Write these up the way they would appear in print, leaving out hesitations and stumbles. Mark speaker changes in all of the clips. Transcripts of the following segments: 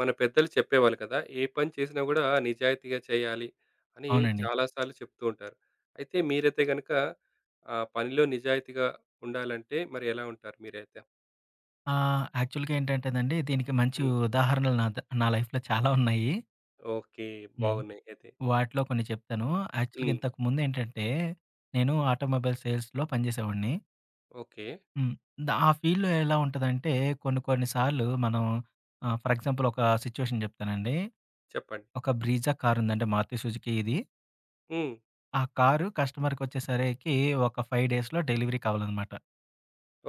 Speaker 1: మన పెద్దలు చెప్పేవాళ్ళు కదా! ఏ పని చేసినా గూడా నిజాయితీగా చేయాలి అని
Speaker 2: అవునండి.
Speaker 1: చాలా సార్లు చెప్తూ ఉంటారు. అయితే మీరైతే గనక పనిలో నిజాయితీగా ఉండాలంటే మరి ఎలా ఉంటారు మీరైతే?
Speaker 2: యాక్చువల్‌గా ఏంటంటేనండి, దీనికి మంచి
Speaker 1: హ్మ్.
Speaker 2: ఉదాహరణలు నా లైఫ్‌లో చాలా ఉన్నాయి.
Speaker 1: ఓకే.
Speaker 2: హ్మ్.
Speaker 1: బాగున్నాయి అయితే.
Speaker 2: వాటిలో కొన్ని చెప్తాను. యాక్చువల్‌గా
Speaker 1: హ్మ్.
Speaker 2: ఇంతకుముందేంటంటే, నేను ఆటోమొబైల్ సేల్స్‌లో పనిజేసేవాడిని.
Speaker 1: ఓకే.
Speaker 2: హ్మ్. ఆ ఫీల్డ్‌లో ఎలా ఉంటదంటే, కొన్ని కొన్ని సార్లు మనం ఫర్ ఎగ్జాంపుల్ ఒక సిట్యుయేషన్ జెప్తానండి.
Speaker 1: చెప్పండి.
Speaker 2: ఒక బ్రీజా కారుందండి. మారుతి సుజుకి ఇది.
Speaker 1: హ్మ్.
Speaker 2: ఆ కారు కస్టమర్‌కొచ్చేసరికి ఒక 5 డేస్‌లో డెలివరీ కావాలనమాట.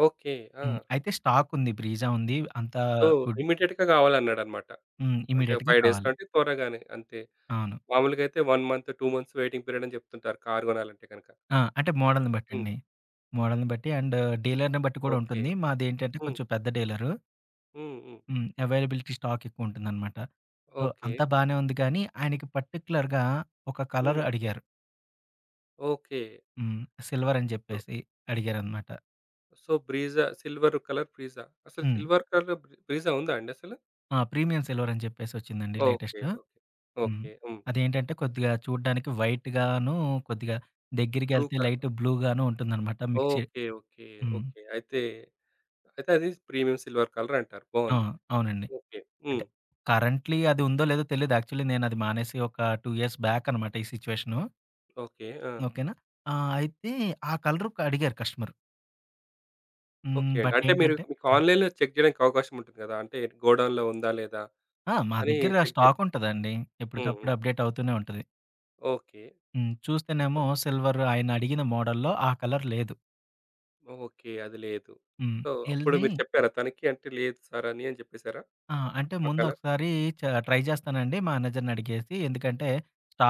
Speaker 1: ఓకే. ఆ!
Speaker 2: హ్మ్. అయితే స్టాకుంది. బ్రీజా ఉంది. అంతా
Speaker 1: సో
Speaker 2: గుడ్.
Speaker 1: ఇమ్మీడియేట్‌గా కావాలన్నాడన్నమాట.
Speaker 2: హ్మ్.
Speaker 1: అంటే
Speaker 2: ఇమ్మీడియేట్‌గా
Speaker 1: 5 డేస్‌లో
Speaker 2: కావాలి.
Speaker 1: అంటే త్వరగానే అంతే.
Speaker 2: అవును.
Speaker 1: మామూలుగా అయితే 1 మంత్, 2 మంత్స్ వెయిటింగ్ పీరియడ్ అని చెప్తుంటారు కార్ కొనాలంటే గనక.
Speaker 2: ఆ! అంటే మోడల్‌ని
Speaker 1: హ్మ్.
Speaker 2: బట్టండి. మోడల్‌ని బట్టి అండ్ డీలర్‌ని బట్టి కూడా
Speaker 1: ఓకే.
Speaker 2: ఉంటుంది. మాదేంటంటే
Speaker 1: హ్మ్.
Speaker 2: కొంచెం పెద్ద డీలరు.
Speaker 1: హ్మ్. హ్మ్.
Speaker 2: హ్మ్. అవైలబిలిటీ స్టాక్ ఎక్కువుంటుందనమాట. So,
Speaker 1: okay.
Speaker 2: అంతా బానే ఉంది కానీ, ఆయనకి పర్టిక్యులర్‌గా ఒక కలర్
Speaker 1: హ్మ్.
Speaker 2: అడిగారు.
Speaker 1: ఓకే.
Speaker 2: హ్మ్. సిల్వర్ అని
Speaker 1: సో
Speaker 2: జెప్పేసి అడిగారనమాట.
Speaker 1: So, Brezza silver colour Brezza. అసలు
Speaker 2: హ్మ్.
Speaker 1: సిల్వర్ కలర్ బ్రీజా ఉందా అండి అసలు?
Speaker 2: ఆ! ప్రీమియం సిల్వర్ అని చెప్పేసి వచ్చిందండి
Speaker 1: ఓకే.
Speaker 2: లేటెస్ట్.
Speaker 1: ఓకే.
Speaker 2: హ్మ్.
Speaker 1: ఓకే. హ్మ్.
Speaker 2: అదేంటంటే కొద్దిగా చూడ్డానికి వైట్‌గాను, కొద్దిగా
Speaker 1: బ్లూ
Speaker 2: దగ్గరికెళ్తే
Speaker 1: క
Speaker 2: లైట్ బ్లూగాను ఉంటుందనమాట మిక్స్
Speaker 1: ఓకే. ఓకే.
Speaker 2: హ్మ్.
Speaker 1: ఓకే. అయితే, అయితే అది ప్రీమియం సిల్వర్ కలర్ అంటారు.
Speaker 2: ఆ!
Speaker 1: బావుంది.
Speaker 2: అవునండి.
Speaker 1: ఓకే. హ్మ్.
Speaker 2: అంటే కరెంట్‌లీ అది ఉందో లేదో తెలీదు. యాక్చువల్లీ నేనది మానేసి ఒక 2 ఇయర్స్ బ్యాక్ అనమాట ఈ సిట్యుయేషను.
Speaker 1: ఓకే. ఆ!
Speaker 2: ఓకేనా. అయితే ఆ కలర్ అడిగారు కస్టమర్.
Speaker 1: ఓకే
Speaker 2: హ్మ్.
Speaker 1: అండి.
Speaker 2: బట్
Speaker 1: అంటే మీరు
Speaker 2: ఏంటంటే
Speaker 1: మీకు ఆన్‌లైన్‌లో చెక్ జేయడానికి అవకాశం ఉంటుంది గదా! అంటే గోడౌన్‌లో ఉందా? లేదా?
Speaker 2: ఆ! మా
Speaker 1: అని
Speaker 2: దగ్గర
Speaker 1: చెక్
Speaker 2: స్టాక్
Speaker 1: జేయొచ్చు.
Speaker 2: ఉంటదండి.
Speaker 1: హ్మ్. హ్మ్.
Speaker 2: ఎప్పటికప్పుడు అప్‌డేట్ అవుతూనే ఉంటది.
Speaker 1: ఓకే.
Speaker 2: హ్మ్.
Speaker 1: సో,
Speaker 2: చూస్తేనేమో సిల్వర్ ఆయన అడిగిన మోడల్‌లో ఆ కలర్ లేదు.
Speaker 1: ఓకే. అది లేదు.
Speaker 2: హ్మ్.
Speaker 1: సో, అప్పుడు
Speaker 2: ఎళ్ళి
Speaker 1: మీరు చెప్పారా తనకి? అంటే లేదు సార్ అని, జెప్పేసారా?
Speaker 2: ఆ! అంటే
Speaker 1: ఆ
Speaker 2: ముందు
Speaker 1: కలర్?
Speaker 2: ఒకసారి చ ట్రై చేస్తానండి మేనేజర్‌ని అడిగేసి. ఎందుకంటే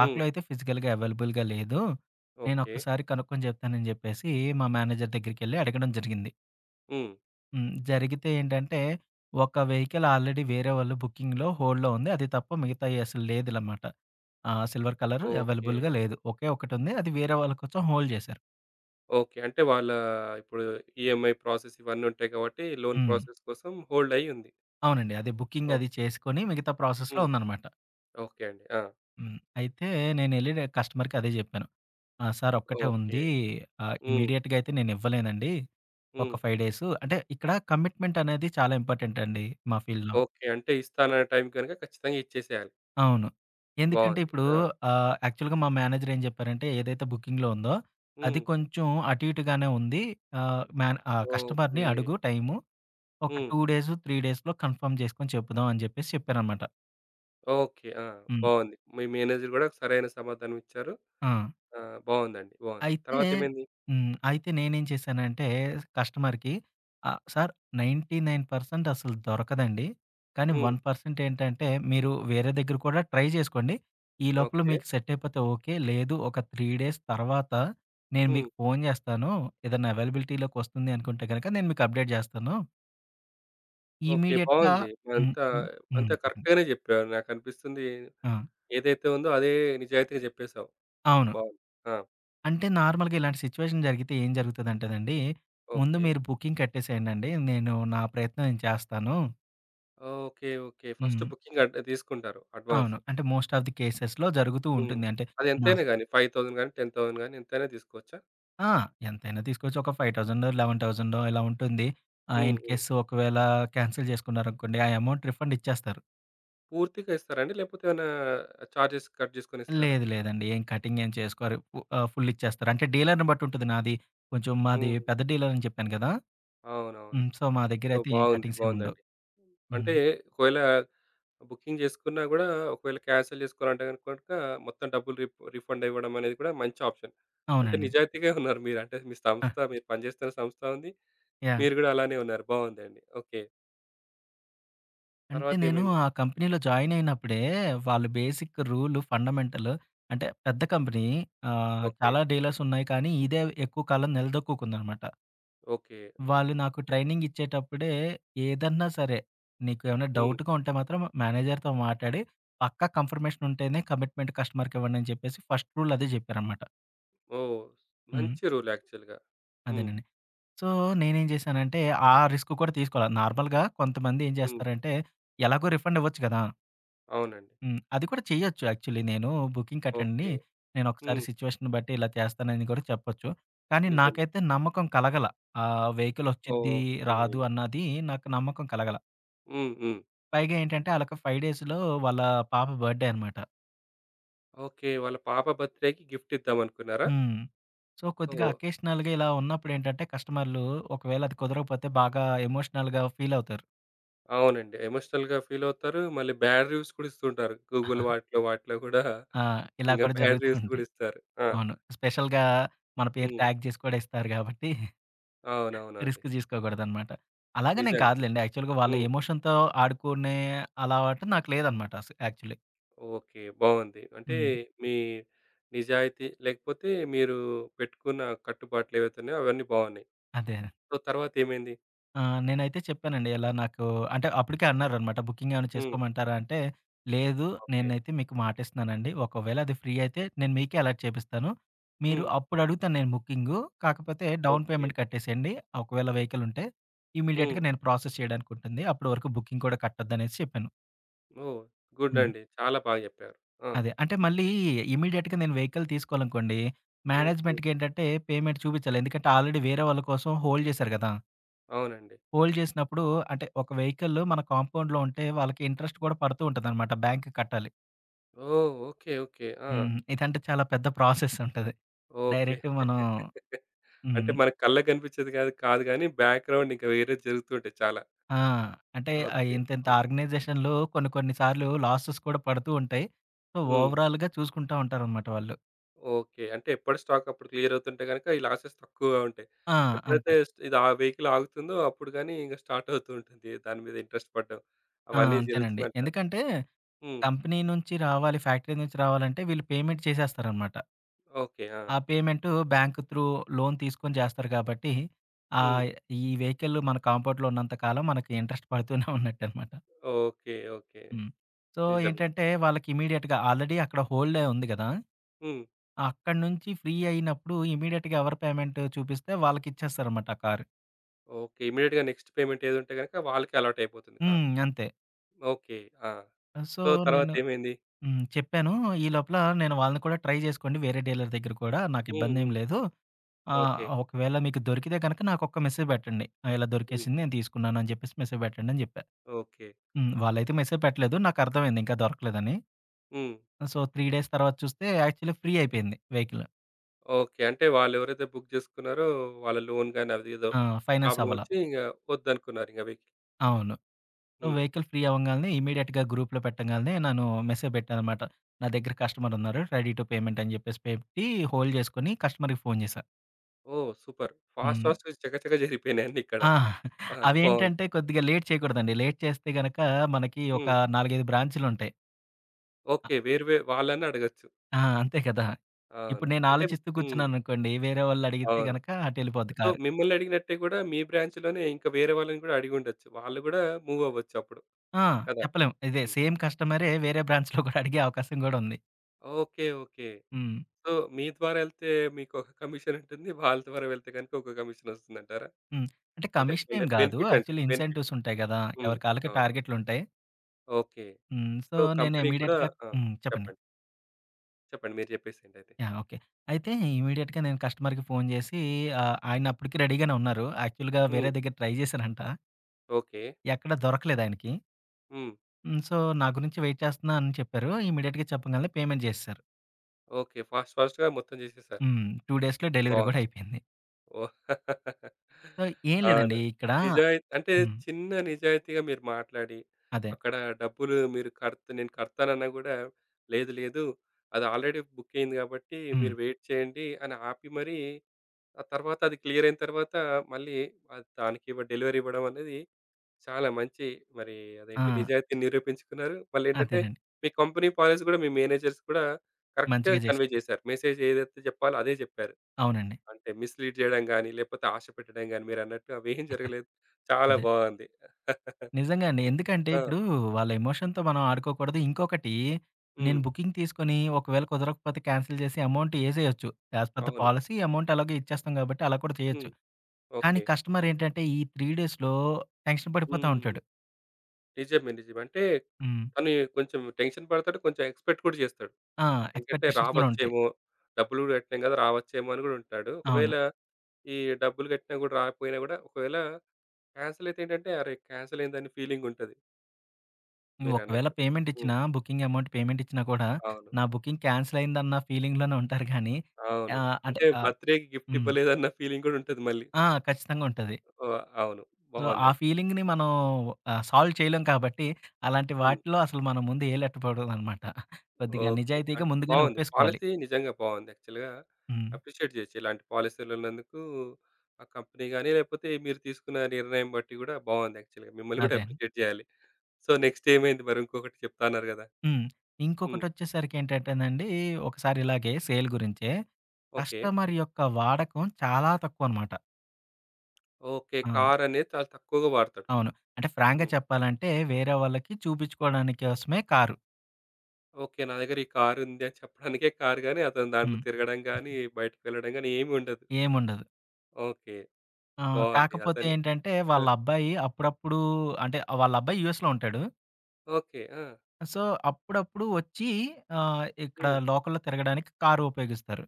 Speaker 1: హ్మ్.
Speaker 2: అయితే ఫిజికల్‌గా అవైలబుల్‌గా లేదు. నేను
Speaker 1: ఓకే.
Speaker 2: ఒక్కసారి కనుక్కొని చెప్తానని చెప్పేసి మా మేనేజర్ దగ్గరికెళ్ళి అడగడం జరిగింది.
Speaker 1: హ్మ్.
Speaker 2: హ్మ్. జరిగితే ఏంటంటే, ఒక వెహికల్ ఆల్రెడీ వేరే వాళ్ళు బుకింగ్‌లో, హోల్డ్‌లో ఉంది. అది తప్ప మిగతాయి అసలు లేదులనమాట. Silver colour
Speaker 1: okay.
Speaker 2: అవైలబుల్‌గా లేదు. ఒకే ఒకటుంది. అది వేరే వాళ్ళ కోసం హోల్డ్ చేశారు.
Speaker 1: ఓకే. అంటే వాళ్ళ ఇప్పుడు ఈఎంఐ ప్రాసెస్ ఇవన్నీ ఉంటాయి కాబట్టి లోన్
Speaker 2: హ్మ్.
Speaker 1: ప్రాసెస్ కోసం హోల్డ్ అయ్యి ఉంది.
Speaker 2: అవునండి. అదే బుకింగ్ అది
Speaker 1: ఓకే.
Speaker 2: చేసుకొని మిగతా ప్రాసెస్‌లో
Speaker 1: హ్మ్.
Speaker 2: ఉందనమాట.
Speaker 1: ఓకే అండి. ఆ!
Speaker 2: హ్మ్. అయితే నేనెళ్ళిన కస్టమర్‌కి అదే చెప్పాను. "ఆ! సార్ ఒక్కటే
Speaker 1: ఓకే.
Speaker 2: ఉంది.
Speaker 1: హ్మ్.
Speaker 2: ఇమ్మీడియేట్‌గా అయితే నేనివ్వలేనండి.
Speaker 1: హ్మ్.
Speaker 2: ఒక 5 డేసు" అంటే ఇక్కడ కమిట్మెంట్ అనేది చాలా ఇంపార్టెంట్ అండి మా ఫీల్డ్‌లో.
Speaker 1: ఓకే. అంటే ఇస్తానన్న టైం కనుక ఖచ్చితంగా ఇచ్చేసేయాలి.
Speaker 2: అవును. ఎందుకంటే
Speaker 1: బావుంది.
Speaker 2: ఇప్పుడు
Speaker 1: ఆ!
Speaker 2: యాక్చువల్‌గా మా మేనేజర్ ఏం చెప్పారంటే, ఏదైతే బుకింగ్‌లో ఉందో అది
Speaker 1: హ్మ్.
Speaker 2: కొంచెం అటు ఇటుగానే ఉంది. కస్టమర్‌ని
Speaker 1: ఓకే.
Speaker 2: అడుగు టైము. ఒక
Speaker 1: హ్మ్.
Speaker 2: 2 డేస్, 3 డేస్‌లో కన్ఫర్మ్ చేసుకొని చెప్పుదాం అని చెప్పేసి చెప్పారనమాట.
Speaker 1: ఓకే. ఆ!
Speaker 2: హ్మ్.
Speaker 1: బావుంది. మీ మేనేజర్ గూడా సరైన సమాధానం ఇచ్చారు.
Speaker 2: ఆ!
Speaker 1: ఆ! బావుందండి. బావుంది.
Speaker 2: అయితే
Speaker 1: తర్వాతేమైంది?
Speaker 2: హ్మ్. అయితే నేనేం చేశానంటే కస్టమర్‌కి సార్, 99% అసలు దొరకదండి. కానీ
Speaker 1: హ్మ్.
Speaker 2: 1% ఏంటంటే మీరు వేరే దగ్గర కూడా ట్రై చేసుకోండి. ఈ లోపల
Speaker 1: ఓకే.
Speaker 2: మీకు సెట్ అయిపోతే ఓకే. లేదు ఒక 3 డేస్ తర్వాత నేను
Speaker 1: హ్మ్.
Speaker 2: మీకు ఫోను చేస్తాను. ఏదైనా అవైలబిలిటీలోకి వస్తుంది అనుకుంటే గనక నేను మీకు అప్డేట్ చేస్తాను.
Speaker 1: ఓకే.
Speaker 2: ఇమ్మీడియేట్‌గా
Speaker 1: బావుంది.
Speaker 2: హ్మ్.
Speaker 1: అంతా
Speaker 2: హ్మ్. హ్మ్.
Speaker 1: అంతా
Speaker 2: చెప్పండి.
Speaker 1: కరెక్ట్‌గానే జెప్పారు. నాకనిపిస్తుంది
Speaker 2: ఆ!
Speaker 1: ఏదైతే ఉందో అదే నిజాయితీగా జెప్పేసావు.
Speaker 2: అవును.
Speaker 1: బావుంది. ఆ!
Speaker 2: అంటే నార్మల్‌గా ఇలాంటి సిట్యుయేషన్ జరిగితే ఏం జరుగుతదంటేనండి, ముందు
Speaker 1: ఓకే.
Speaker 2: మీరు బుకింగ్ కట్టేసేయండండి. నేను నా ప్రయత్నం నేను చేస్తాను.
Speaker 1: ఓకే. ఓకే. ఫస్ట్
Speaker 2: హ్మ్.
Speaker 1: బుకింగ్ అంటే తీసుకుంటారు అడ్వాన్స్.
Speaker 2: అవును. అంటే మోస్ట్ ఆఫ్ ది కేసెస్‌లో జరుగుతూ
Speaker 1: హ్మ్.
Speaker 2: ఉంటుంది. అంటే
Speaker 1: అది
Speaker 2: నా
Speaker 1: ఎంతైనా గాని 5,000 గాని, 10,000 గాని ఎంతైనా తీసుకోవచ్చా?
Speaker 2: ఆ! ఎంతైనా తీసుకోవచ్చు. ఒక 5,000 11,000 ఇలా ఉంటుంది.
Speaker 1: హ్మ్.
Speaker 2: ఇన్
Speaker 1: హ్మ్.
Speaker 2: కేస్ ఒకవేళ క్యాన్సిల్ చేసుకున్నారనుకోండి, ఆ అమౌంట్ రిఫండ్ ఇచ్చేస్తారు.
Speaker 1: పూర్తిగా ఇస్తారండి? లేకపోతే ఏమైనా చార్జెస్ కట్ చేసుకొని ఇస్తారా?
Speaker 2: లేదు లేదండి. ఏం కటింగ్ ఏం చేసుకోరు. ఫుల్ ఇచ్చేస్తారు. అంటే డీలర్‌ని బట్టి ఉంటుంది. కొంచెం మాది
Speaker 1: హ్మ్.
Speaker 2: పెద్ద డీలర్ అని చెప్పాను కదా!
Speaker 1: అవునవును.
Speaker 2: హ్మ్. సో, మా దగ్గర
Speaker 1: సో,
Speaker 2: అయితే ఏం
Speaker 1: బావుంది.
Speaker 2: కటింగ్స్ ఏమి ఉండవు.
Speaker 1: బావుందండి. అంటే
Speaker 2: హ్మ్.
Speaker 1: ఒకవేళ బుకింగ్ చేసుకున్నా గూడా ఒకవేళ క్యాన్సిల్ చేసుకోవాలంటే గనుక మొత్తం డబ్బులు రిఫండ్ ఇవ్వడం అనేది కూడా మంచి ఆప్షన్. అంటే
Speaker 2: అవునండి.
Speaker 1: నిజాయితీగా ఉన్నారు మీరు. అంటే మీ
Speaker 2: ఆ!
Speaker 1: సంస్థ మీరు పనిచేస్తున్న సంస్థ ఉంది.
Speaker 2: యాహ్!
Speaker 1: మీరు గూడా అలానే ఉన్నారు. బావుందండి. ఓకే.
Speaker 2: అంటే నేను
Speaker 1: తర్వాతేమైంది?
Speaker 2: ఆ కంపెనీలో జాయిన్ అయినప్పుడే వాళ్ళు బేసిక్ రూల్ ఫండమెంటల్ అంటే పెద్ద కంపెనీ,
Speaker 1: ఓకే.
Speaker 2: చాలా డీలర్స్ ఉన్నాయి కానీ ఇదే ఎక్కువ కాలం నిలదొక్కుకుందనమాట.
Speaker 1: ఓకే.
Speaker 2: వాళ్ళు నాకు ట్రైనింగ్ ఇచ్చేటప్పుడే, ఏదన్నా సరే నీకు ఏమైనా
Speaker 1: హ్మ్.
Speaker 2: డౌట్‌గా ఉంటే మాత్రం మేనేజర్‌తో మాట్లాడి పక్కా కన్ఫర్మేషన్ ఉంటేనే కమిట్మెంట్ కస్టమర్‌కి ఇవ్వండి అని చెప్పేసి ఫస్ట్ రూల్ అదే చెప్పారనమాట.
Speaker 1: ఓహ్!
Speaker 2: హ్మ్.
Speaker 1: మంచి రూల్ యాక్చువల్‌గా. హ్మ్.
Speaker 2: అదేనండి. సో, నేనేం చేశానంటే ఆ రిస్క్ కూడా తీసుకోలా. నార్మల్‌గా కొంతమంది ఏం
Speaker 1: హ్మ్.
Speaker 2: చేస్తారంటే ఎలాగో రిఫండ్ ఇవ్వచ్చు కదా!
Speaker 1: అవునండి.
Speaker 2: హ్మ్. అది కూడా చేయొచ్చు యాక్చువల్లీ. నేను బుకింగ్ కట్టండి.
Speaker 1: ఓకే.
Speaker 2: నేను ఒకసారి
Speaker 1: హ్మ్.
Speaker 2: సిట్యుయేషన్‌ని బట్టి ఇలా చేస్తానని కూడా చెప్పొచ్చు. కానీ
Speaker 1: నిజమే.
Speaker 2: నాకైతే నమ్మకం కలగల. వెహికల్ వచ్చిద్ది,
Speaker 1: ఓకే.
Speaker 2: రాదు అన్నది నాకు నమ్మకం కలగల.
Speaker 1: హ్మ్. హ్మ్.
Speaker 2: పైగా ఏంటంటే ఆళ్ళకి 5 డేస్‌లో వాళ్ళ పాప బర్త్‌డే అనమాట.
Speaker 1: ఓకే. వాళ్ళ పాప బర్త్‌డేకి గిఫ్ట్ ఇద్దామనుకున్నారా?
Speaker 2: హ్మ్. సో, కొద్దిగా
Speaker 1: ఓహ్!
Speaker 2: అకేషనల్‌గా ఇలా ఉన్నప్పుడేంటంటే కస్టమర్లు ఒకవేళ అది కుదరకపోతే బాగా ఎమోషనల్‌గా ఫీల్ అవుతారు.
Speaker 1: అవునండి. ఎమోషనల్‌గా ఫీలవుతారు. మళ్ళీ బ్యాడ్ రివ్యూస్ కూడా ఇస్తుంటారు. గూగుల్ వాటిలో వాటిలో కూడా
Speaker 2: ఆ! ఇలా
Speaker 1: ఇంక
Speaker 2: కూడా
Speaker 1: బ్యాడ్
Speaker 2: జరుగుతూ
Speaker 1: రివ్యూస్ కూడా
Speaker 2: ఉంటాయి.
Speaker 1: ఇస్తారు. ఆ!
Speaker 2: అవును. స్పెషల్‌గా మన పేరు
Speaker 1: హ్మ్.
Speaker 2: ట్యాగ్ చేసి కూడా ఇస్తారు కాబట్టి
Speaker 1: అవునవునండి.
Speaker 2: రిస్క్ తీసుకోకూడదనమాట. అలాగని నేను
Speaker 1: నిజంగా.
Speaker 2: కాదులెండి. యాక్చువల్‌గా వాళ్ళ
Speaker 1: హ్మ్.
Speaker 2: ఎమోషన్‌తో ఆడుకునే అలవాటు నాకు లేదనమాట యాక్చువల్లీ.
Speaker 1: ఓకే. బావుంది. అంటే
Speaker 2: హ్మ్.
Speaker 1: మీ నిజాయితీ లేకపోతే మీరు పెట్టుకున్న కట్టుబాట్లు ఏవైతే ఉన్నాయో అవన్నీ బావున్నాయి.
Speaker 2: అదే.
Speaker 1: సో, తర్వాతేమైంది?
Speaker 2: ఆ! నేనైతే చెప్పానండి. ఇలా నాకు అంటే అప్పటికే అన్నారనమాట. "బుకింగ్ ఏమైనా
Speaker 1: హ్మ్.
Speaker 2: చేసుకోమంటారా?" అంటే, "లేదు.
Speaker 1: ఓకే.
Speaker 2: నేనైతే మీకు మాటిస్తున్నానండి. ఒకవేళ అది ఫ్రీ అయితే నేను మీకే అలర్ట్ చేపిస్తాను. మీరు
Speaker 1: హ్మ్.
Speaker 2: అప్పుడు అడుగుతాను నేను బుకింగు. కాకపోతే డౌన్
Speaker 1: ఓకే.
Speaker 2: పేమెంట్ కట్టేసేయండి. ఒకవేళ వెహికల్ ఉంటే.
Speaker 1: హ్మ్.
Speaker 2: ఇమ్మీడియేట్‌గా నేను ప్రాసెస్ చేయడానికి ఉంటుంది. అప్పటి వరకు బుకింగ్ కూడా కట్టొద్దనేసి" చెప్పాను.
Speaker 1: ఓహ్! గుడ్
Speaker 2: హ్మ్.
Speaker 1: అండి. చాలా బాగా చెప్పారు. ఆ!
Speaker 2: అదే. అంటే మళ్ళీ ఇమ్మీడియేట్‌గా నేను వెహికల్ తీసుకోవాలనుకోండి,
Speaker 1: ఓకే.
Speaker 2: మేనేజ్‌మెంట్‌కేంటంటే పేమెంట్ చూపిచ్చాలి. ఎందుకంటే ఆల్రెడీ వేరే వాళ్ళ కోసం హోల్డ్ చేశారు గదా!
Speaker 1: అవునండి.
Speaker 2: హోల్డ్ చేసినప్పుడు అంటే ఒక వెహికల్ మన కాంపౌండ్‌లో ఉంటే వాళ్ళకి ఇంట్రెస్ట్ కూడా పడుతూ ఉంటదనమాట. బ్యాంక్‌కి కట్టాలి.
Speaker 1: ఓహ్! ఓకే. ఓకే. ఆ!
Speaker 2: హ్మ్. ఇదంటే చాలా పెద్ద ప్రాసెస్ ఉంటది.
Speaker 1: ఓకే.
Speaker 2: డైరెక్ట్ మనం
Speaker 1: అంటే
Speaker 2: హ్మ్.
Speaker 1: మన కళ్ళకి కనిపించేది కాదు కాదు గానీ బ్యాక్‌గ్రౌండ్ ఇంకా వేరేది జరుగుతూ ఉంటాయి చాలా.
Speaker 2: ఆ! అంటే
Speaker 1: ఓకే.
Speaker 2: ఇంతింత
Speaker 1: హ్మ్.
Speaker 2: ఆర్గనైజేషన్‌లు కొన్ని కొన్ని సార్లు లాసెస్ కూడా పడుతూ ఉంటాయి. సో,
Speaker 1: హ్మ్.
Speaker 2: ఓవరాల్‌గా చూసుకుంటా ఉంటారనమాట వాళ్ళు.
Speaker 1: ఓకే. అంటే ఎప్పటి స్టాక్ అప్పుడు క్లియర్ అవుతుంటే గనక ఈ లాసెస్ తక్కువగా ఉంటాయి.
Speaker 2: ఆ!
Speaker 1: ఎప్పుడైతే
Speaker 2: అంతే.
Speaker 1: ఇది ఆ వెహికల్ ఆగుతుందో అప్పుడు గాని ఇంక స్టార్ట్ అవుతూ ఉంటుంది. దాని మీద ఇంట్రెస్ట్ పడ్డం.
Speaker 2: ఆ!
Speaker 1: అవన్నీ
Speaker 2: అంతేనండి.
Speaker 1: జరుగుతుందంటారు.
Speaker 2: ఎందుకంటే
Speaker 1: హ్మ్.
Speaker 2: కంపెనీ నుంచి రావాలి, ఫ్యాక్టరీ నుంచి రావాలంటే వీళ్ళు పేమెంట్ చేసేస్తారనమాట.
Speaker 1: ఓకే. ఆ!
Speaker 2: ఆ పేమెంట్ బ్యాంక్ త్రూ లోన్ తీసుకొని చేస్తారు కాబట్టి,
Speaker 1: హ్మ్.
Speaker 2: ఆహ్, ఈ వెహికల్ మన కాంపౌండ్‌లో ఉన్నంత కాలం మనకి ఇంట్రెస్ట్ పడుతూనే ఉన్నట్టనమాట.
Speaker 1: ఓకే. ఓకే.
Speaker 2: హ్మ్. సో,
Speaker 1: నిజమే.
Speaker 2: ఏంటంటే వాళ్ళకి ఇమ్మీడియేట్‌గా ఆల్రెడీ అక్కడ హోల్డే ఉంది గదా!
Speaker 1: హ్మ్.
Speaker 2: అక్కడి నుంచి ఫ్రీ అయినప్పుడు ఇమ్మీడియేట్‌గా ఎవరు పేమెంట్ చూపిస్తే వాళ్ళకిచ్చేస్తారనమాట ఆ కారు.
Speaker 1: ఓకే. ఇమ్మీడియేట్‌గా నెక్స్ట్ పేమెంట్ ఏదుంటే గనక వాళ్ళకే అలాట్ అయిపోతుంది కారు.
Speaker 2: హ్మ్. అంతే.
Speaker 1: ఓకే. ఆ!
Speaker 2: సో,
Speaker 1: సో, తర్వాత
Speaker 2: నేను
Speaker 1: ఏమైంది?
Speaker 2: హ్మ్. చెప్పాను. ఈ లోపల నేను వాళ్ళని కూడా ట్రై చేసుకోండి వేరే డీలర్ దగ్గర కూడా. నాకు
Speaker 1: హ్మ్.
Speaker 2: ఇబ్బందేం
Speaker 1: హ్మ్.
Speaker 2: లేదు. ఆ!
Speaker 1: ఓకే.
Speaker 2: ఒకవేళ మీకు దొరికితే గనక నాకొక్క మెసేజ్ పెట్టండి. ఇలా
Speaker 1: హ్మ్.
Speaker 2: దొరికేసింది నేను తీసుకున్నాను అని చెప్పేసి మెసేజ్ పెట్టండి అని చెప్పా.
Speaker 1: ఓకే.
Speaker 2: హ్మ్. వాళ్ళైతే మెసేజ్ పెట్టలేదు. నాకర్థమైంది ఇంకా దొరకలేదని.
Speaker 1: హ్మ్.
Speaker 2: సో, 3 డేస్ తర్వాత చూస్తే యాక్చువల్లీ ఫ్రీ అయిపోయింది వెహికల్.
Speaker 1: ఓకే. అంటే వాళ్ళెవరైతే బుక్ జేసుకున్నారో వాళ్ళ లోన్ గాని అది ఏదో
Speaker 2: ఆ! ఫైనాన్స్
Speaker 1: ప్రాబ్లమ్
Speaker 2: అవ్వల.
Speaker 1: ఒచ్చి ఇంగ వద్దనుకున్నారింక వెహికల్.
Speaker 2: అవును. సో,
Speaker 1: హ్మ్.
Speaker 2: వెహికల్ ఫ్రీ అవ్వంగాల్నే ఇమ్మీడియేట్‌గా గ్రూప్‌లో పెట్టంగాల్నే నేను మెసేజ్ పెట్టాననమాట. నా దగ్గర కస్టమర్ ఉన్నారు. రెడీ టు పేమెంట్ అని చెప్పేసి పెట్టి హోల్డ్ చేసుకొని కస్టమర్‌కి ఫోను చేశా.
Speaker 1: ఓహ్! సూపర్.
Speaker 2: హ్మ్.
Speaker 1: ఫాస్ట్‌గా చకచక జరిగిపోయినాయి అన్నీ ఇక్కడ.
Speaker 2: ఆ!
Speaker 1: ఆ! బావుంది.
Speaker 2: అవేంటంటే కొద్దిగా లేట్ చేయకూడదండి. లేట్ చేస్తే గనక మనకి ఒక
Speaker 1: హ్మ్.
Speaker 2: 4, 5 బ్రాంచ్‌లుంటాయి.
Speaker 1: ఓకే. వేరు వే వాళ్ళని అడగొచ్చు.
Speaker 2: ఆ! అంతే కదా!
Speaker 1: అవును.
Speaker 2: ఇప్పుడు నేను
Speaker 1: అంటే
Speaker 2: ఆలోచిస్తూ
Speaker 1: హ్మ్.
Speaker 2: కూర్చున్నాననుకోండి, వేరే వాళ్ళడిగితే
Speaker 1: అవును.
Speaker 2: గనక అటెళ్ళిపోద్ది
Speaker 1: సో,
Speaker 2: కారు.
Speaker 1: మిమ్మల్ని అడిగినట్టే కూడా మీ బ్రాంచ్‌లోనే ఇంకా వేరే వాళ్ళని కూడా అడిగి ఉండొచ్చు. వాళ్ళు కూడా మూవ్ అవ్వచ్చు అప్పుడు
Speaker 2: ఆ!
Speaker 1: కదా!
Speaker 2: చెప్పలేం. ఇదే
Speaker 1: హ్మ్.
Speaker 2: సేమ్ కస్టమరే వేరే బ్రాంచ్‌లో కూడా అడిగే అవకాశం గూడా ఉంది.
Speaker 1: ఓకే. ఓకే.
Speaker 2: హ్మ్.
Speaker 1: సో, మీ ద్వారా ఎళ్తే మీకొక కమిషన్ ఉంటుంది. వాళ్ళ ద్వారా వెళ్తే గనుక ఒక కమిషన్ వస్తుందంటారా?
Speaker 2: హ్మ్. అంటే
Speaker 1: అంటే
Speaker 2: కమిషన్ ఏం
Speaker 1: అంటే
Speaker 2: గాదు.
Speaker 1: Benefit
Speaker 2: actually
Speaker 1: benefit.
Speaker 2: ఇన్సెంటివ్స్ ఉంటాయి గదా!
Speaker 1: హ్మ్.
Speaker 2: ఎవరికి ఆళ్ళకి
Speaker 1: అవును.
Speaker 2: టార్గెట్లుంటాయి.
Speaker 1: ఓకే.
Speaker 2: హ్మ్. సో,
Speaker 1: సో,
Speaker 2: నేను
Speaker 1: కంపెనీ కూడా
Speaker 2: ఇమ్మీడియేట్‌గా
Speaker 1: ఆ!
Speaker 2: హ్మ్. చెప్పండి.
Speaker 1: చెప్పండి. చెప్పండి. మీరు చెప్పేసేయండి అయితే.
Speaker 2: యాహ్! ఓకే. అయితే ఇమ్మీడియేట్‌గా నేను కస్టమర్‌కి ఫోను జేసి ఆయన అప్పటికి రెడీగానే ఉన్నారు. యాక్చువల్‌గా
Speaker 1: హ్మ్.
Speaker 2: వేరే దగ్గర ట్రై జేశానంట.
Speaker 1: ఓకే.
Speaker 2: ఎక్కడ దొరకలేదాయనకి.
Speaker 1: హ్మ్.
Speaker 2: హ్మ్. సో, నా గురించి వెయిట్ చేస్తున్నా అని చెప్పారు. ఇమ్మీడియేట్‌గా చెప్పగానే పేమెంట్ జేసేశా.
Speaker 1: ఓకే. ఫాస్ట్‌గా మొత్తం జేసేసారు.
Speaker 2: హ్మ్. 2 డేస్‌లో డెలివరీ
Speaker 1: బావుంది.
Speaker 2: గూడా అయిపోయింది.
Speaker 1: ఓహ్!
Speaker 2: సో, ఏం
Speaker 1: అవును.
Speaker 2: లేదండి ఇక్కడ
Speaker 1: నిజాయితీ అంటే
Speaker 2: హ్మ్.
Speaker 1: చిన్న నిజాయితీగా మీరు మాట్లాడి,
Speaker 2: అదే.
Speaker 1: అక్కడ డబ్బులు మీరు కడత నేను కడతానన్నా గూడా, లేదు లేదు అది ఆల్రెడీ బుక్ అయింది గాబట్టి
Speaker 2: హ్మ్.
Speaker 1: మీరు వెయిట్ చేయండి అని ఆపి మరీ, ఆ తర్వాత అది క్లియర్ అయిన తర్వాత మళ్ళీ అది దానికివ్వ డెలివరీ ఇవ్వడం అనేది చాలా మంచి మరి
Speaker 2: ఆ!
Speaker 1: అదేంటి నిజాయితీని నిరూపించుకున్నారు. మళ్ళేంటంటే
Speaker 2: అదేనండి.
Speaker 1: మీ కంపెనీ పాలిసీ గూడా మీ మేనేజర్స్ కూడా కరెక్ట్‌గా
Speaker 2: మంచిగా చేశాం.
Speaker 1: కన్వే చేశారు. మెసేజ్ ఏదైతే చెప్పాలో అదే చెప్పారు.
Speaker 2: అవునండి.
Speaker 1: అంటే మిస్‌లీడ్ జేయడం గాని, లేపోతే ఆశ పెట్టడం గాని మీరన్నట్టు అవేం జరగలేదు. చాలా
Speaker 2: అదే.
Speaker 1: బావుంది.
Speaker 2: నిజంగా అండి. ఎందుకంటే
Speaker 1: ఆ!
Speaker 2: ఇప్పుడు వాళ్ళ ఎమోషన్‌తో మనం ఆడుకోకూడదు. ఇంకొకటి
Speaker 1: హ్మ్.
Speaker 2: నేను బుకింగ్ తీసుకొని ఒకవేళ కుదరకపోతే క్యాన్సిల్ చేసి అమౌంట్ ఎసేయొచ్చు. యాస్ పర్ ద
Speaker 1: అవును.
Speaker 2: పాలిసీ అమౌంట్ అలాగే ఇచ్చేస్తాం కాబట్టి అలా కూడా
Speaker 1: హ్మ్.
Speaker 2: చేయొచ్చు. కానీ
Speaker 1: ఓకే.
Speaker 2: కస్టమర్ ఏంటంటే ఈ 3 డేస్‌లో టెన్షన్ పడిపోతా
Speaker 1: హ్మ్.
Speaker 2: ఉంటాడు.
Speaker 1: నిజమే. అంటే
Speaker 2: హ్మ్.
Speaker 1: తను కొంచెం టెన్షన్ పడతాడు. కొంచెం ఎక్స్‌పెక్ట్ కూడా చేస్తాడు.
Speaker 2: ఆ!
Speaker 1: ఏంటంటే
Speaker 2: ఎక్స్‌పెక్టేషన్స్ కూడా ఉంటాయి.
Speaker 1: రావచ్చేమో, డబ్బులు గూడా కట్టినాం కదా! రావచ్చేమో అని గూడా ఉంటాడు.
Speaker 2: అవును.
Speaker 1: ఒకవేళ ఈ డబ్బులు కట్టినా గూడా రాకపోయినా గూడా ఒకవేళ క్యాన్సిల్ అయితే ఏంటంటే, అరే! క్యాన్సిల్ అయిందని ఫీలింగ్ ఉంటది
Speaker 2: ఒకవేళ
Speaker 1: మీరన్నట్టు.
Speaker 2: పేమెంట్
Speaker 1: హ్మ్.
Speaker 2: ఇచ్చినా, బుకింగ్ అమౌంట్ పేమెంట్ ఇచ్చినా కూడా,
Speaker 1: అవును.
Speaker 2: నా బుకింగ్ క్యాన్సిల్ అయిందన్న ఫీలింగ్‌లోనే ఉంటారు గానీ,
Speaker 1: అవును.
Speaker 2: ఆహ్, అంటే
Speaker 1: అంటే
Speaker 2: ఆహ్,
Speaker 1: బర్త్‌డేకి గిఫ్ట్
Speaker 2: హ్మ్.
Speaker 1: ఇవ్వలేదన్న ఫీలింగ్ గూడా ఉంటది మళ్ళీ.
Speaker 2: ఆ! ఖచ్చితంగా ఉంటది.
Speaker 1: ఓహ్! అవును.
Speaker 2: సో, ఆ
Speaker 1: బావుందండి.
Speaker 2: ఫీలింగ్‌ని మనం సాల్వ్ చేయలేం కాబట్టి, అలాంటి
Speaker 1: హ్మ్.
Speaker 2: వాటిలో అసలు మనం ముందు ఏలేట్టకూడదనమాట. కొద్దిగా
Speaker 1: ఓకే.
Speaker 2: నిజాయితీగా ముందుగానే
Speaker 1: బావుంది.
Speaker 2: ఒప్పేసుకోవాలి.
Speaker 1: పాలిసీ నిజంగా బావుంది. యాక్చువల్‌గా
Speaker 2: హ్మ్.
Speaker 1: అప్రిషియేట్ చేయొచ్చు. ఇలాంటి పాలిసీలు ఉన్నందుకు ఆ కంపెనీ గాని, లేకపోతే మీరు తీసుకున్న నిర్ణయం బట్టి గూడా బావుంది యాక్చువల్‌గా. మిమ్మల్ని గూడా
Speaker 2: అదే.
Speaker 1: అప్రిషియేట్ చేయాలి. సో, నెక్స్ట్ ఏమైంది మరి? ఇంకొకటి చెప్తా అన్నారు గదా!
Speaker 2: హ్మ్.
Speaker 1: హ్మ్.
Speaker 2: ఇంకొకటొచ్చేసరికేంటంటేనండి, ఒకసారి ఇలాగే సేల్ గురించే,
Speaker 1: ఓకే.
Speaker 2: కస్టమర్ యొక్క వాడకం చాలా తక్కువనమాట.
Speaker 1: ఓకే.
Speaker 2: ఆ!
Speaker 1: కార్ అనేది చాలా తక్కువగా వాడతాడు.
Speaker 2: అవును. అంటే ఫ్రాంక్‌గా
Speaker 1: హ్మ్.
Speaker 2: చెప్పాలంటే వేరే వాళ్ళకి చూపించుకోవడానికి కోసమే కారు.
Speaker 1: ఓకే. నా దగ్గర ఈ కార్ ఉంది అని చెప్పడానికే కార్ గాని, అతను దాంట్లో
Speaker 2: హ్మ్.
Speaker 1: తిరగడం గాని, బయటికి వెళ్ళడం గాని ఏమి ఉండదు.
Speaker 2: ఏముండదు.
Speaker 1: ఓకే.
Speaker 2: ఆ!
Speaker 1: బావుంది.
Speaker 2: కాకపోతే
Speaker 1: అతనే ఆ!
Speaker 2: ఏంటంటే వాళ్ళ అబ్బాయి అప్పుడప్పుడు అంటే వాళ్ళ అబ్బాయి యూఎస్‌లో ఉంటాడు.
Speaker 1: ఓకే. ఆ!
Speaker 2: సో, అప్పుడప్పుడు వచ్చి ఇక్కడ
Speaker 1: హ్మ్.
Speaker 2: లోకల్‌లో తిరగడానికి కారు ఉపయోగిస్తారు.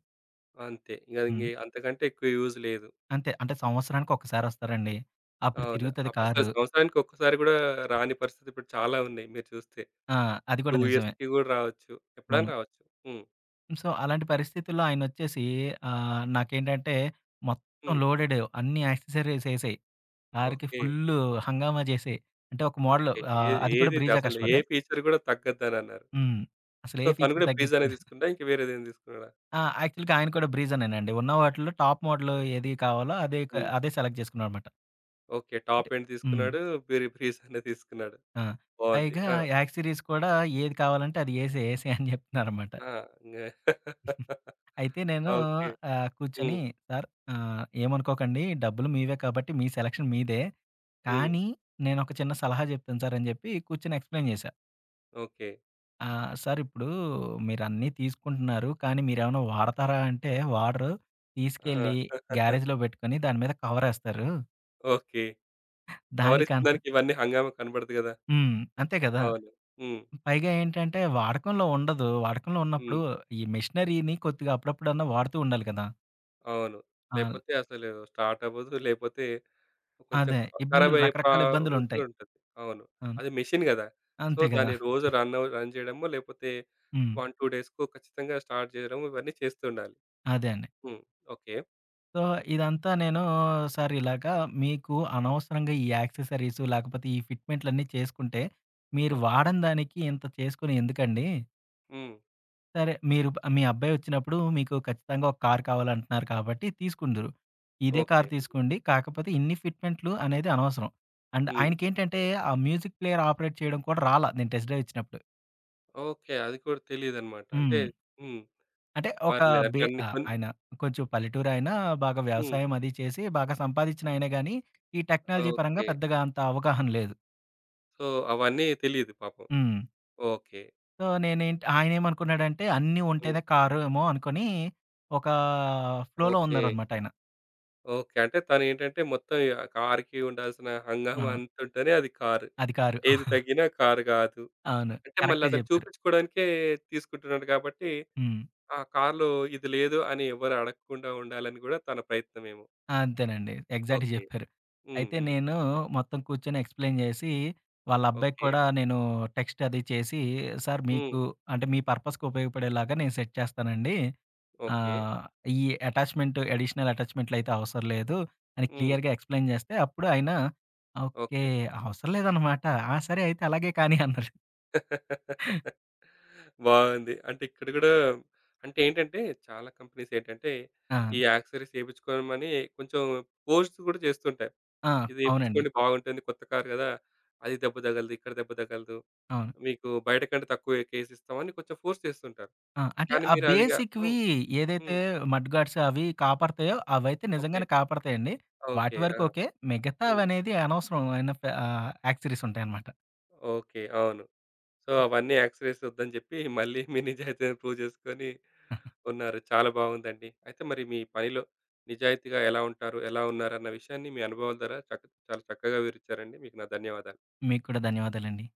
Speaker 1: అంతే. ఇగ
Speaker 2: హ్మ్.
Speaker 1: ఇంగే అంతకంటే ఎక్కువ యూజ్ లేదు.
Speaker 2: అంతే. అంటే సంవత్సరానికి ఒక్కసారి వస్తారండి. అప్పుడు
Speaker 1: అవును.
Speaker 2: తిరుగుతది
Speaker 1: అసలు
Speaker 2: కారు.
Speaker 1: సంవత్సరానికి ఒక్కసారి గూడా రాని పరిస్థితి ఇప్పుడు చాలా ఉన్నాయి మీరు చూస్తే.
Speaker 2: ఆ! అది కూడా
Speaker 1: 2
Speaker 2: నిజమే.
Speaker 1: ఇయర్స్‌కి గూడా రావచ్చు. ఎప్పుడైనా
Speaker 2: అవును.
Speaker 1: రావచ్చు. హ్మ్.
Speaker 2: సో, అలాంటి పరిస్థితుల్లో ఆయనొచ్చేసి నాకేంటంటే మొత్తం
Speaker 1: హ్మ్.
Speaker 2: లోడెడ్ అన్ని యాక్సెసరీస్ ఏసాయి. 6కి
Speaker 1: ఓకే.
Speaker 2: ఫుల్లు హంగామా చేసేయి. అంటే ఒక మోడలు
Speaker 1: ఓకే. ఏది
Speaker 2: అది కూడా
Speaker 1: ఏది ఇది
Speaker 2: 'బ్రీజా
Speaker 1: అసలు ఏ
Speaker 2: కస్టమరే.'
Speaker 1: ఫీచర్ గూడా తగ్గద్దని అన్నారు.
Speaker 2: హ్మ్. అసలు
Speaker 1: సో,
Speaker 2: ఏ
Speaker 1: తను
Speaker 2: ఫీచర్
Speaker 1: కూడా బ్రీజానే
Speaker 2: తగ్గించదు.
Speaker 1: తీసుకుందా? ఇంక వేరేదేం తీసుకున్నాడా?
Speaker 2: ఆ! యాక్చువల్‌గా ఆయన కూడా బ్రీజానేనండి. ఉన్న వాటిలో టాప్ మోడల్ ఏది కావాలో అదే క
Speaker 1: హ్మ్.
Speaker 2: అదే సెలెక్ట్ చేసుకున్నాడనమాట.
Speaker 1: ఓకే. టాప్
Speaker 2: అంటే
Speaker 1: ఎండ్
Speaker 2: హ్మ్.
Speaker 1: తీసుకున్నాడు. బ్రీజానే తీసుకున్నాడు.
Speaker 2: ఆ!
Speaker 1: బావుంది.
Speaker 2: పైగా
Speaker 1: ఆ!
Speaker 2: యాక్సెసరీస్ కూడా ఏది కావాలంటే అది ఏసేయి, ఏసేయి అని చెప్తున్నారనమాట.
Speaker 1: ఆ! ఇంగా
Speaker 2: అయితే నేను
Speaker 1: ఓకే.
Speaker 2: కూర్చొని
Speaker 1: హ్మ్.
Speaker 2: సార్, ఏమనుకోకండి డబ్బులు మీవే కాబట్టి మీ సెలక్షన్ మీదే.
Speaker 1: హ్మ్.
Speaker 2: కానీ నేనొక చిన్న సలహా చెప్తాను సార్ అని చెప్పి కూర్చొని ఎక్స్‌ప్లెయిన్ చేశా.
Speaker 1: ఓకే.
Speaker 2: ఆ! సార్ ఇప్పుడు మీరన్నీ తీసుకుంటున్నారు. కానీ మీరేమన్నా వాడతారా అంటే వాడరు.
Speaker 1: ఆ!
Speaker 2: తీసుకెళ్ళి గ్యారేజ్‌లో పెట్టుకొని దాని మీద కవరేస్తారు.
Speaker 1: ఓకే. కవరిస్తున్న
Speaker 2: దానికన్నా
Speaker 1: దానికి ఇవన్నీ హంగామా కనబడదు గదా!
Speaker 2: హ్మ్. అంతే కదా!
Speaker 1: అవును. హ్మ్.
Speaker 2: పైగా ఏంటంటే వాడకంలో ఉండదు. వాడకంలో
Speaker 1: హ్మ్.
Speaker 2: ఉన్నప్పుడు ఈ మెషినరీని కొద్దిగా అప్పుడప్పుడన్నా వాడుతూ ఉండాలి కదా!
Speaker 1: అవును.
Speaker 2: ఆ!
Speaker 1: లేపోతే అసలు స్టార్ట్ అవ్వదు. లేపోతే కొంచెం
Speaker 2: అదే. ఇబ్బందులు
Speaker 1: ఖరాబయ్యే పా
Speaker 2: రకరకాల
Speaker 1: ఇది కూడా
Speaker 2: ఇబ్బందులుంటాయి.
Speaker 1: ఉంటది. అవును.
Speaker 2: అవును.
Speaker 1: అది మెషిన్ గదా! సో,
Speaker 2: అంతే కదా!
Speaker 1: దాన్ని రోజు రన్ చేయడమో, లేపోతే
Speaker 2: హ్మ్.
Speaker 1: 1, 2 డేస్‌కో ఖచ్చితంగా స్టార్ట్ జేయడం ఇవన్నీ చేస్తుండాలి.
Speaker 2: అదే అండి.
Speaker 1: హ్మ్. ఓకే.
Speaker 2: సో, ఇదంతా నేను సార్ ఇలాగా మీకు అనవసరంగా ఈ యాక్సెసరీస్ లేకపోతే ఈ ఫిట్‌మెంట్‌లన్నీ చేసుకుంటే, మీరు
Speaker 1: ఓకే.
Speaker 2: వాడని దానికి ఇంత చేసుకొని ఎందుకండి?
Speaker 1: హ్మ్.
Speaker 2: సరే మీరు మీ అబ్బాయి వచ్చినప్పుడు మీకు ఖచ్చితంగా ఒక కారు కావాలంటున్నారు కాబట్టి తీసుకుందురు. ఇదే
Speaker 1: ఓకే.
Speaker 2: కారు తీసుకోండి. కాకపోతే ఇన్ని ఫిట్‌మెంట్‌లు అనేది అనవసరం. అండ్
Speaker 1: హ్మ్.
Speaker 2: ఆయనకేంటంటే, ఆ మ్యూజిక్ ప్లేయర్ ఆపరేట్ చేయడం కూడా రాలా నేను టెస్ట్ డ్రైవ్ ఇచ్చినప్పుడు.
Speaker 1: ఓకే. అది కూడా తెలీదనమాట. అంటే
Speaker 2: హ్మ్.
Speaker 1: హ్మ్.
Speaker 2: అంటే ఒక
Speaker 1: పర్లేదు. అంటే అన్ని కొన్ని
Speaker 2: ఆయన కొంచెం పల్లెటూరాయన, బాగా
Speaker 1: హ్మ్.
Speaker 2: వ్యవసాయం అది చేసి బాగా సంపాదించిన ఆయనే గానీ, ఈ టెక్నాలజీ పరంగా
Speaker 1: ఓకే.
Speaker 2: పెద్దగా అంత అవగాహన లేదు.
Speaker 1: సో, అవన్నీ తెలీదు పాపం.
Speaker 2: హ్మ్.
Speaker 1: ఓకే.
Speaker 2: సో, నేనేంటి ఆయనేమనుకున్నాడంటే, అన్నీ
Speaker 1: హ్మ్.
Speaker 2: ఉంటేనే కారు ఏమో అనుకోని, ఒక ఫ్లోలో
Speaker 1: ఓకే.
Speaker 2: ఉన్నారనమాట ఆయన.
Speaker 1: ఓకే. అంటే తనేంటంటే మొత్తం ఇగ కార్‌కి ఉండాల్సిన
Speaker 2: ఆ!
Speaker 1: హంగామా అంతుంటేనే అది కారు.
Speaker 2: అది కారు.
Speaker 1: ఏది తగ్గినా కారు గాదు.
Speaker 2: అవును.
Speaker 1: అంటే
Speaker 2: కరెక్టే
Speaker 1: మళ్ళతను
Speaker 2: జెప్పారు.
Speaker 1: చూపించుకోవడానికే తీసుకుంటున్నాడు కాబట్టి,
Speaker 2: హ్మ్.
Speaker 1: ఆ కార్‌లో ఇది లేదు అని ఎవరు అడగకుండా ఉండాలని గూడా తన ప్రయత్నమేమో.
Speaker 2: అంతేనండి. ఎగ్జాక్ట్‌గా
Speaker 1: ఓకే.
Speaker 2: జెప్పారు.
Speaker 1: హ్మ్.
Speaker 2: అయితే
Speaker 1: హ్మ్.
Speaker 2: నేను మొత్తం కూర్చొని ఎక్స్‌ప్లెయిన్ జేసి, వాళ్ళ అబ్బాయికి
Speaker 1: ఓకే.
Speaker 2: కూడా నేను టెక్స్ట్ అది చేసి, "సార్
Speaker 1: హ్మ్.
Speaker 2: మీకు అంటే మీ పర్పస్‌కి ఉపయోగపడేలాగా నేను సెట్ చేస్తానండి.
Speaker 1: ఓకే.
Speaker 2: ఆహ్, ఈ అటాచ్‌మెంట్ అడిషనల్ అటాచ్‌మెంట్‌లయితే అవసరం లేదు" అని
Speaker 1: హ్మ్.
Speaker 2: క్లియర్‌గా ఎక్స్‌ప్లెయిన్ జేస్తే అప్పుడు ఆయన, "ఓకే.
Speaker 1: ఓకే.
Speaker 2: అవసరం లేదనమాట. ఆ! సరే అయితే అలాగే కానీ" అన్నారు.
Speaker 1: బాగుంది. అంటే ఇక్కడ గూడా అంటే ఏంటంటే, చాలా కంపెనీస్ ఏంటంటే,
Speaker 2: ఆ!
Speaker 1: ఈ యాక్సెసరీస్ ఏపించుకోమని కొంచెం పోస్ట్స్ గూడా చేస్తుంటాయి.
Speaker 2: ఆ!
Speaker 1: ఇది
Speaker 2: అవునండి.
Speaker 1: ఏపించుకోండి బాగుంటుంది. కొత్త కారు గదా! అది దెబ్బ తగలదు, ఇక్కడ దెబ్బ తగలదు.
Speaker 2: అవును.
Speaker 1: మీకు బయట కంటే తక్కువ కేస్ ఇస్తామని కొంచెం ఫోర్స్ చేస్తుంటారు.
Speaker 2: ఆ! అంటే
Speaker 1: కానీ
Speaker 2: ఆ
Speaker 1: మీరదిగా హ్మ్.
Speaker 2: బేసిక్‌వి ఏదైతే
Speaker 1: హ్మ్.
Speaker 2: మడ్ గార్డ్స్ అవి కాపాడతాయో అవైతే
Speaker 1: ఓకే.
Speaker 2: నిజంగానే కాపాడతాయండి. వాటి
Speaker 1: ఓకే. ఆ!
Speaker 2: వరకు ఓకే.
Speaker 1: హ్మ్.
Speaker 2: మిగతావనేది అనవసరమైన యాక్సెసరీస్ ఉంటాయన్నమాట.
Speaker 1: ఓకే. అవును. సో, అవన్నీ యాక్సెసరీస్ వద్దని జెప్పి మళ్ళీ మీ నిజాయితీని ప్రూవ్ చేసుకొని ఉన్నారు. చాలా బావుందండి. అయితే మరి మీ పనిలో నిజాయితీగా ఎలా ఉంటారు? ఎలా ఉన్నారన్న విషయాన్ని మీ అనుభవాల ద్వారా చాలా చక్కగా వివరిచ్చారండి. మీకు నా ధన్యవాదాలు.
Speaker 2: మీకు కూడా ధన్యవాదాలండి.